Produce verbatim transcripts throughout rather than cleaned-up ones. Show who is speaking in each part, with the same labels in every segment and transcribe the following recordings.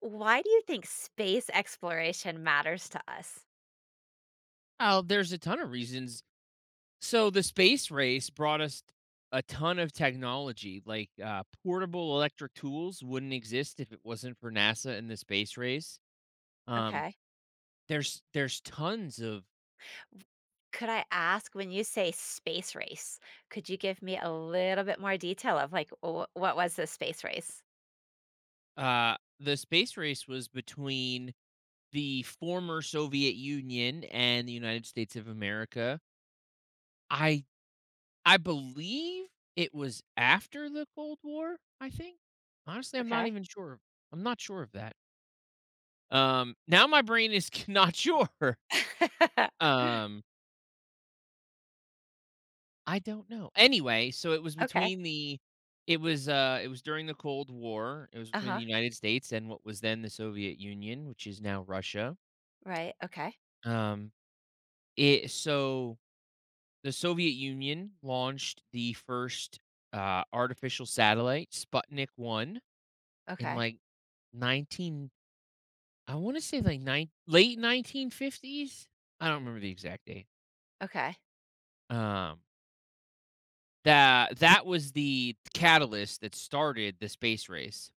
Speaker 1: Why do you think space exploration matters to us?
Speaker 2: Oh, there's a ton of reasons. So the space race brought us a ton of technology, like uh, portable electric tools wouldn't exist if it wasn't for NASA and the space race. Um,
Speaker 1: Okay.
Speaker 2: there's there's tons of
Speaker 1: W- Could I ask when you say space race, could you give me a little bit more detail of like wh- what was this space race?
Speaker 2: uh, The space race was between the former Soviet Union and the United States of America. I I believe it was after the Cold War. I think honestly, I'm not
Speaker 1: Okay.
Speaker 2: even sure. I'm not sure of that. Um, now my brain is not sure. Um, I don't know. Anyway, so it was
Speaker 1: Okay.
Speaker 2: between the it was uh it was during the Cold War. It was
Speaker 1: Uh
Speaker 2: between the
Speaker 1: huh.
Speaker 2: United States and what was then the Soviet Union, which is now Russia.
Speaker 1: Right. Okay.
Speaker 2: Um, it so the Soviet Union launched the first uh artificial satellite, Sputnik one in
Speaker 1: Okay.
Speaker 2: like nineteen, I want to say like nine, late nineteen fifties. I don't remember the exact date.
Speaker 1: Okay.
Speaker 2: Um that that was the catalyst that started the space race.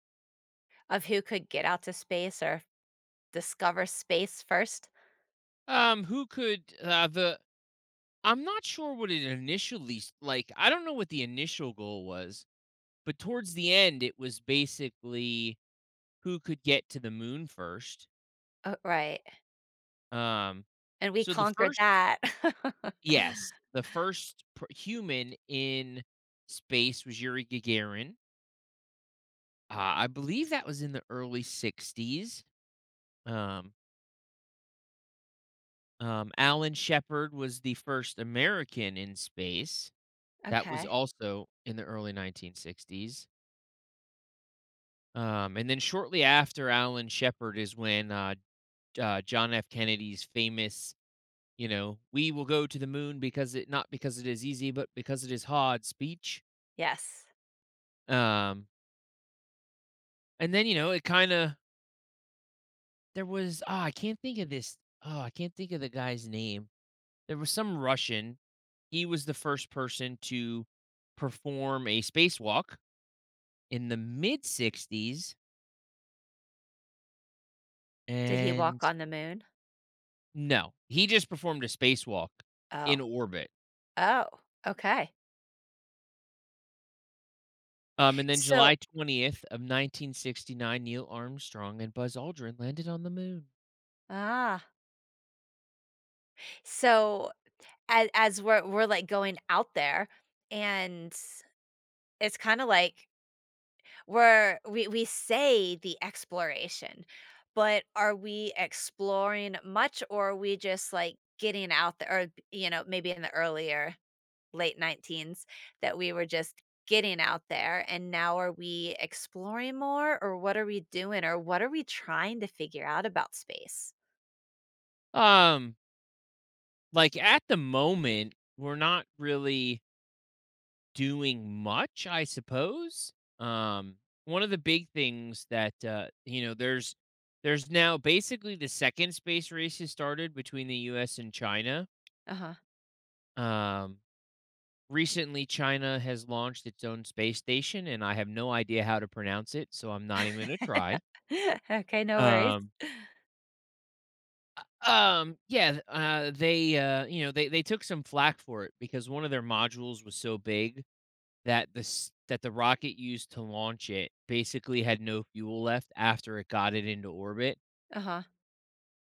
Speaker 1: Of who could get out to space or discover space first.
Speaker 2: Um, who could uh, the? I'm not sure what it initially s- like. I don't know what the initial goal was, but towards the end, it was basically who could get to the moon first.
Speaker 1: Oh, right.
Speaker 2: Um,
Speaker 1: And we
Speaker 2: so the
Speaker 1: conquered
Speaker 2: first,
Speaker 1: that.
Speaker 2: yes, the first pr- human in space was Yuri Gagarin. Uh, I believe that was in the early sixties. Um, Um, Alan Shepard was the first American in space. That was
Speaker 1: Okay.
Speaker 2: also in the early nineteen sixties. Um, and then shortly after Alan Shepard is when uh, J- uh, John F. Kennedy's famous, you know, "We will go to the moon because it not because it is easy, but because it is hard" speech.
Speaker 1: Yes.
Speaker 2: Um, and then, you know, it kind of, there was ah, I can't think of this. Oh, I can't think of the guy's name. There was some Russian. He was the first person to perform a spacewalk in the mid sixties,
Speaker 1: Did he
Speaker 2: and
Speaker 1: walk on the moon?
Speaker 2: no, he just performed a spacewalk in
Speaker 1: Oh.
Speaker 2: orbit.
Speaker 1: Oh. Okay.
Speaker 2: Um, and then July
Speaker 1: So
Speaker 2: 20th of nineteen sixty-nine, Neil Armstrong and Buzz Aldrin landed on the moon.
Speaker 1: Ah. so as as we're we're, like, going out there, and it's kinda like we're we we say the exploration, but are we exploring much, or are we just, like, getting out there or, you know, maybe in the earlier late nineteens that we were just getting out there, and now are we exploring more, or what are we doing, or what are we trying to figure out about space?
Speaker 2: Um, like at the moment, we're not really doing much, I suppose. Um, One of the big things that uh, you know, there's there's now basically the second space race has started between the U S and China.
Speaker 1: Uh-huh.
Speaker 2: Um, Recently, China has launched its own space station, and I have no idea how to pronounce it, so I'm not even gonna try.
Speaker 1: Okay, no worries.
Speaker 2: Um, um, yeah, th uh, they, uh, you know, they they took some flack for it because one of their modules was so big that the s that the rocket used to launch it basically had no fuel left after it got it into orbit,
Speaker 1: Uh-huh.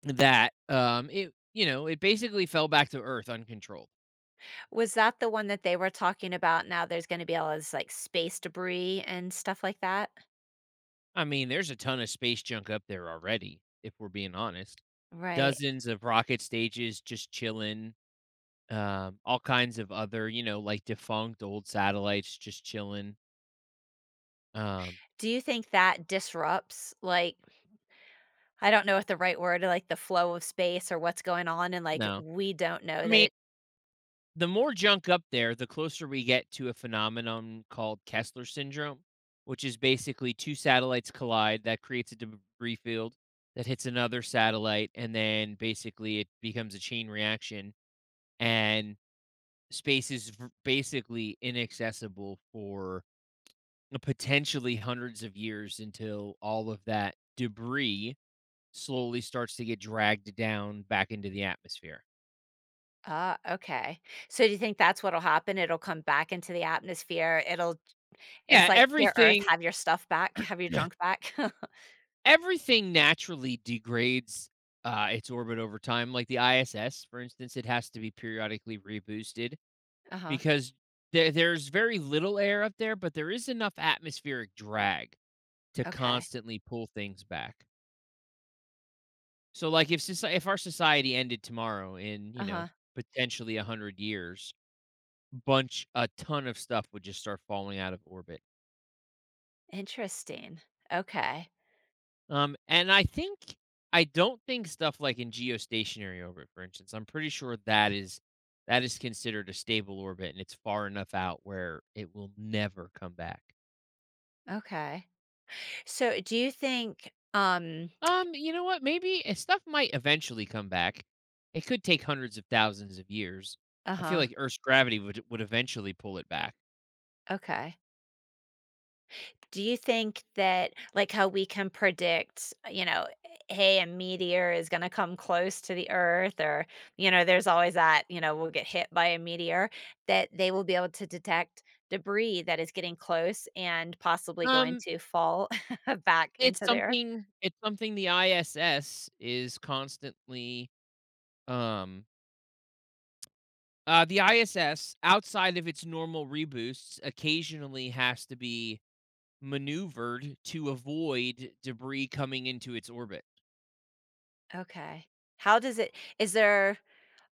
Speaker 2: that, um, it you know, it basically fell back to Earth uncontrolled.
Speaker 1: Was that the one that they were talking about now there's gonna be all this, like, space debris and stuff like that?
Speaker 2: I mean, there's a ton of space junk up there already, if we're being honest.
Speaker 1: Right.
Speaker 2: Dozens of rocket stages just chilling, um, all kinds of other, you know, like, defunct old satellites just chilling. um
Speaker 1: Do you think that disrupts, like I don't know what the right word, like, the flow of space or what's going on, and, like,
Speaker 2: No.
Speaker 1: we don't
Speaker 2: I
Speaker 1: know that
Speaker 2: mean,
Speaker 1: it.
Speaker 2: the more junk up there, the closer we get to a phenomenon called Kessler syndrome, which is basically two satellites collide that creates a debris field that hits another satellite, and then basically it becomes a chain reaction, and space is v basically inaccessible for potentially hundreds of years until all of that debris slowly starts to get dragged down back into the atmosphere.
Speaker 1: Ah, okay. So do you think that's what'll happen? It'll come back into the atmosphere, it'll it's
Speaker 2: Yeah,
Speaker 1: like, "Here, Earth,
Speaker 2: everything
Speaker 1: have your stuff back, have your junk back."
Speaker 2: everything naturally degrades, uh, its orbit over time. Like the I S S, for instance, it has to be periodically reboosted
Speaker 1: Uh-huh.
Speaker 2: because there there's very little air up there, but there is enough atmospheric drag to
Speaker 1: Okay.
Speaker 2: constantly pull things back. So, like, if soci if our society ended tomorrow, in, you know,
Speaker 1: Uh-huh.
Speaker 2: potentially a hundred years, bunch a ton of stuff would just start falling out of orbit.
Speaker 1: Interesting. Okay.
Speaker 2: Um, and I think I don't think stuff like in geostationary orbit, for instance, I'm pretty sure that is that is considered a stable orbit, and it's far enough out where it will never come back.
Speaker 1: Okay. So do you think, um
Speaker 2: Um, you know what? Maybe uh, stuff might eventually come back. It could take hundreds of thousands of years. I feel
Speaker 1: Uh-huh.
Speaker 2: like Earth's gravity would would eventually pull it back.
Speaker 1: Okay. Do you think that, like, how we can predict, you know, hey, a meteor is going to come close to the Earth, or, you know, there's always that, you know, we'll get hit by a meteor, that they will be able to detect debris that is getting close and possibly going
Speaker 2: Um,
Speaker 1: to fall back
Speaker 2: it's
Speaker 1: into the Earth?
Speaker 2: something it's something the I S S is constantly um Uh, The I S S, outside of its normal reboosts, occasionally has to be maneuvered to avoid debris coming into its orbit.
Speaker 1: Okay. How does it, is there,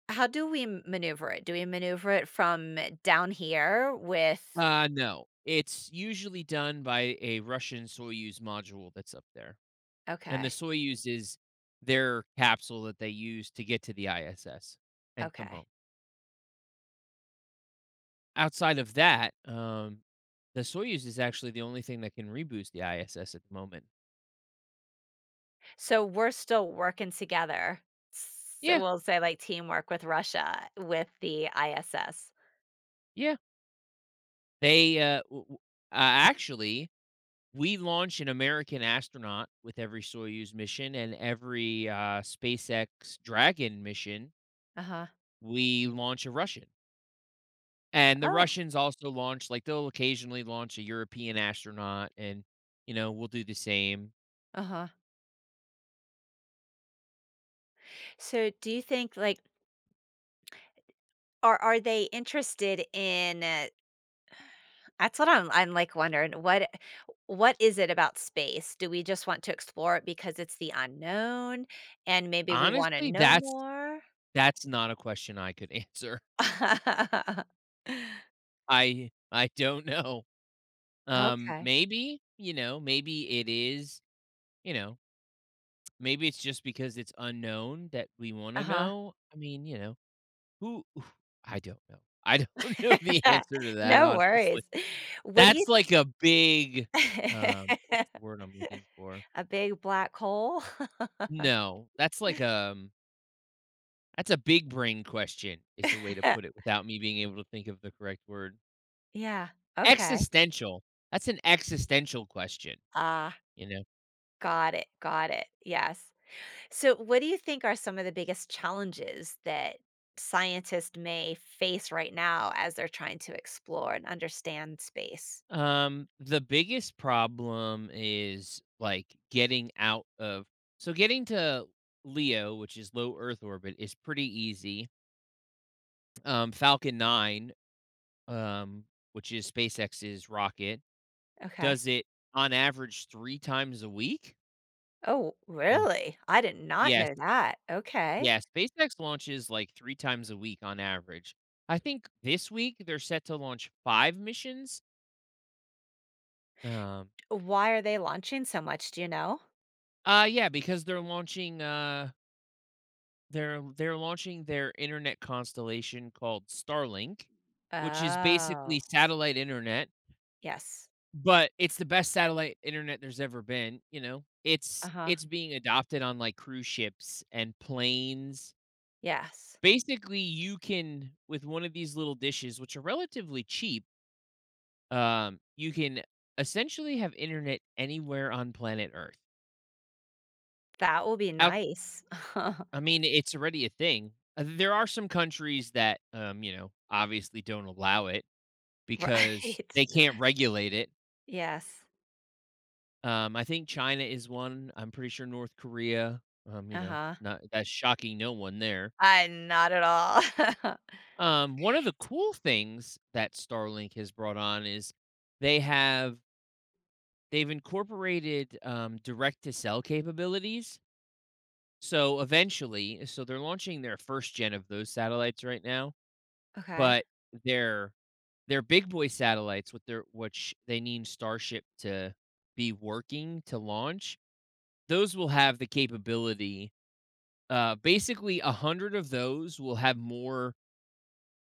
Speaker 1: how do we m- maneuver it? Do we maneuver it from down here with.
Speaker 2: Uh, no, it's usually done by a Russian Soyuz module that's up there, and the
Speaker 1: Okay.
Speaker 2: Soyuz is their capsule that they use to get to the I S S and come
Speaker 1: Okay.
Speaker 2: home. Outside of that, um, the Soyuz is actually the only thing that can reboost the I S S at the moment.
Speaker 1: So we're still working together. So
Speaker 2: Yeah,
Speaker 1: we'll say like teamwork with Russia with the I S S.
Speaker 2: yeah. They uh, w- w- uh actually We launch an American astronaut with every Soyuz mission, and every, uh, SpaceX Dragon mission,
Speaker 1: Uh-huh.
Speaker 2: we launch a Russian. And the
Speaker 1: Oh.
Speaker 2: Russians also launch, like, they'll occasionally launch a European astronaut, and, you know, we'll do the same.
Speaker 1: Uh-huh. So do you think like are are they interested in uh, that's what I'm I'm like wondering what what is it about space? Do we just want to explore it because it's the unknown and maybe we want to
Speaker 2: Honestly,
Speaker 1: know
Speaker 2: that's
Speaker 1: more?
Speaker 2: that's not a question I could answer. I I don't know. Um,
Speaker 1: Okay.
Speaker 2: maybe, you know, maybe it is, you know, maybe it's just because it's unknown that we wanna
Speaker 1: Uh-huh.
Speaker 2: know. I mean, you know Who who I don't know. I don't know the answer to that,
Speaker 1: No
Speaker 2: honestly.
Speaker 1: worries. What do you
Speaker 2: That's like a big,
Speaker 1: th-
Speaker 2: um, what's the word I'm looking for?
Speaker 1: A big black hole?
Speaker 2: No, that's like, um, that's a big brain question, is the way to put it without me being able to think of the correct word.
Speaker 1: Yeah, okay.
Speaker 2: Existential. That's an existential question,
Speaker 1: Ah,
Speaker 2: you know?
Speaker 1: got it, got it, yes. So, what do you think are some of the biggest challenges that scientists may face right now as they're trying to explore and understand space?
Speaker 2: Um, the biggest problem is like getting out of so getting to Leo, which is low Earth orbit, is pretty easy. Um, Falcon nine, um, which is SpaceX's rocket,
Speaker 1: Okay.
Speaker 2: does it on average three times a week?
Speaker 1: Oh,
Speaker 2: Yeah.
Speaker 1: really? I did not
Speaker 2: Yes,
Speaker 1: know that, okay.
Speaker 2: yeah, SpaceX launches, like, three times a week on average. I think this week they're set to launch five missions. um
Speaker 1: Why are they launching so much, do you know?
Speaker 2: uh, yeah, because they're launching, uh they're they're launching their internet constellation called Starlink, which is basically
Speaker 1: Oh,
Speaker 2: satellite internet.
Speaker 1: yes.
Speaker 2: But it's the best satellite internet there's ever been, you know? It's
Speaker 1: Uh-huh,
Speaker 2: it's being adopted on, like, cruise ships and planes.
Speaker 1: yes.
Speaker 2: Basically, you can with one of these little dishes, which are relatively cheap, um, you can essentially have internet anywhere on planet Earth.
Speaker 1: That will be
Speaker 2: Out
Speaker 1: nice.
Speaker 2: I mean, it's already a thing. Uh, there are some countries that, um, you know, obviously don't allow it because
Speaker 1: Right.
Speaker 2: they can't regulate it.
Speaker 1: Yes.
Speaker 2: Um, I think China is one. I'm pretty sure North Korea. Um, you know,
Speaker 1: Uh-huh.
Speaker 2: not that's shocking, no one there.
Speaker 1: I not at all.
Speaker 2: Um, one of the cool things that Starlink has brought on is they have they've incorporated um, direct to cell capabilities. So eventually, so they're launching their first gen of those satellites right now,
Speaker 1: Okay.
Speaker 2: but they're they're big boy satellites with their which they need Starship to be working to launch. Those will have the capability. Uh, basically, a hundred of those will have more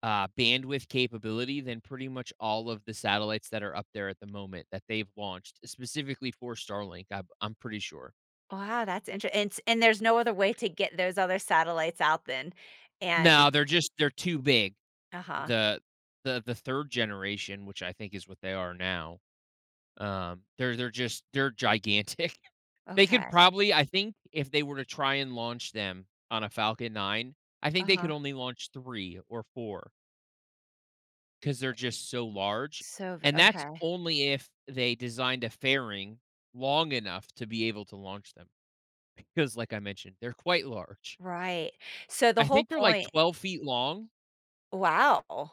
Speaker 2: uh, bandwidth capability than pretty much all of the satellites that are up there at the moment that they've launched, specifically for Starlink, I, I'm pretty sure.
Speaker 1: Wow, that's interesting. and s and there's no other way to get those other satellites out then, and.
Speaker 2: No, they're just they're too big.
Speaker 1: Uh-huh.
Speaker 2: The the the third generation, which I think is what they are now, um, they're they're just they're gigantic. They could
Speaker 1: Okay.
Speaker 2: probably, I think, if they were to try and launch them on a Falcon nine, I think they could
Speaker 1: Uh-huh.
Speaker 2: only launch three or four. 'Cause they're just so large,
Speaker 1: So v
Speaker 2: and that's
Speaker 1: Okay.
Speaker 2: only if they designed a fairing long enough to be able to launch them, because like I mentioned, they're quite large.
Speaker 1: Right. So the
Speaker 2: I
Speaker 1: whole
Speaker 2: think they're like
Speaker 1: point.
Speaker 2: twelve feet long.
Speaker 1: Wow.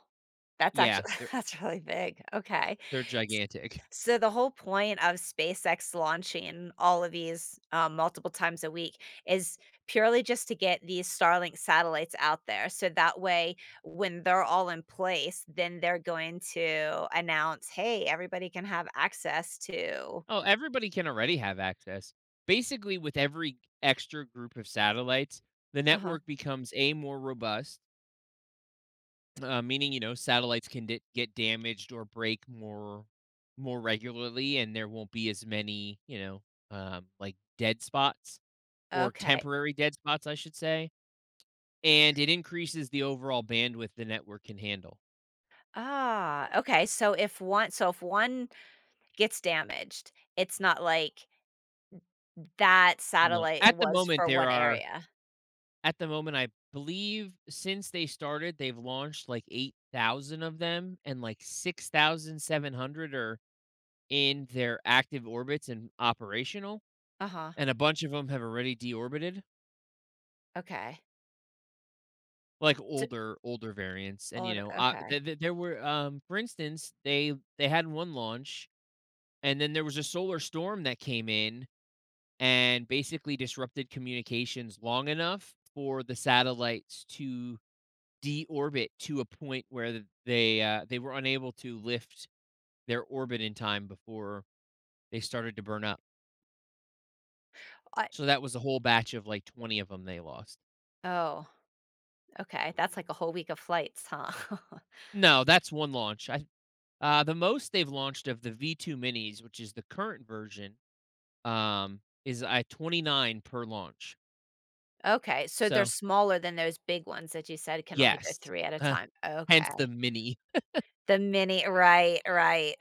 Speaker 1: That's
Speaker 2: Yeah,
Speaker 1: actually
Speaker 2: they're
Speaker 1: that's really big. Okay.
Speaker 2: they're gigantic.
Speaker 1: So the whole point of SpaceX launching all of these um, multiple times a week is purely just to get these Starlink satellites out there. So that way, when they're all in place, then they're going to announce, "Hey, everybody can have access to."
Speaker 2: Oh, everybody can already have access. Basically, with every extra group of satellites, the
Speaker 1: Uh huh.
Speaker 2: network becomes, A, more robust. Uh, meaning, you know, satellites can d- get damaged or break more more regularly, and there won't be as many, you know, um, like dead spots, or
Speaker 1: Okay.
Speaker 2: temporary dead spots, I should say. And it increases the overall bandwidth the network can handle.
Speaker 1: Ah, okay. So if one, so if one gets damaged, it's not like that
Speaker 2: No,
Speaker 1: satellite
Speaker 2: at the
Speaker 1: was
Speaker 2: moment
Speaker 1: for
Speaker 2: there
Speaker 1: one
Speaker 2: are.
Speaker 1: area.
Speaker 2: At the moment, I believe since they started, they've launched like eight thousand of them, and like six thousand seven hundred are in their active orbits and operational,
Speaker 1: Uh huh.
Speaker 2: and a bunch of them have already deorbited.
Speaker 1: Okay.
Speaker 2: Like
Speaker 1: So,
Speaker 2: older older variants, and, you
Speaker 1: oh,
Speaker 2: know, uh,
Speaker 1: okay.
Speaker 2: th th there were, um for instance, they they had one launch, and then there was a solar storm that came in and basically disrupted communications long enough for the satellites to deorbit to a point where th they, uh, they were unable to lift their orbit in time before they started to burn up.
Speaker 1: I,
Speaker 2: So that was a whole batch of, like, twenty of them they lost.
Speaker 1: oh. Okay, that's like a whole week of flights, huh?
Speaker 2: No, that's one launch. I uh, The most they've launched of the V two minis, which is the current version, um, is I twenty-nine per launch.
Speaker 1: Okay, so they're
Speaker 2: So,
Speaker 1: smaller than those big ones that you said can only go
Speaker 2: yes,
Speaker 1: three at a
Speaker 2: uh,
Speaker 1: time.
Speaker 2: hence the
Speaker 1: Okay.
Speaker 2: mini.
Speaker 1: The mini, right, right.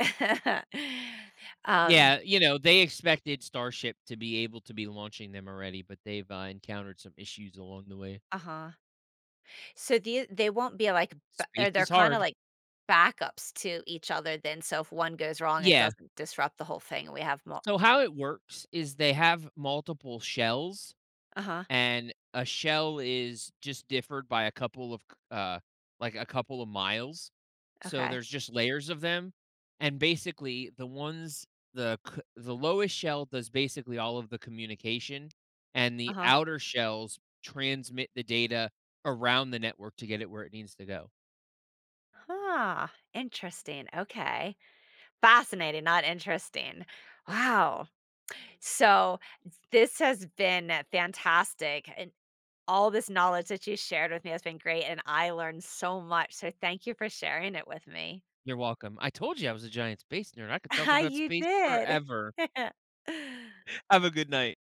Speaker 1: Um,
Speaker 2: Yeah, you know, they expected Starship to be able to be launching them already, but they've, uh, encountered some issues along the way.
Speaker 1: uh-huh. So the they won't be like b
Speaker 2: Space
Speaker 1: or they're
Speaker 2: is
Speaker 1: kinda
Speaker 2: hard.
Speaker 1: like backups to each other then, so if one goes wrong, it
Speaker 2: Yeah,
Speaker 1: doesn't disrupt the whole thing, and we have more.
Speaker 2: so how it works is they have multiple shells,
Speaker 1: Uh-huh,
Speaker 2: and a shell is just differed by a couple of c- uh like a couple of miles, so
Speaker 1: okay,
Speaker 2: there's just layers of them. And basically the ones, the c- the lowest shell, does basically all of the communication, and the
Speaker 1: uh-huh.
Speaker 2: outer shells transmit the data around the network to get it where it needs to go.
Speaker 1: Huh, interesting, okay. Fascinating, not interesting. Wow. So, this has been fantastic, and all this knowledge that you shared with me has been great, and I learned so much, so thank you for sharing it with me.
Speaker 2: You're welcome. I told you I was a giant space nerd. I could talk about
Speaker 1: You
Speaker 2: space
Speaker 1: did.
Speaker 2: forever. Have a good night.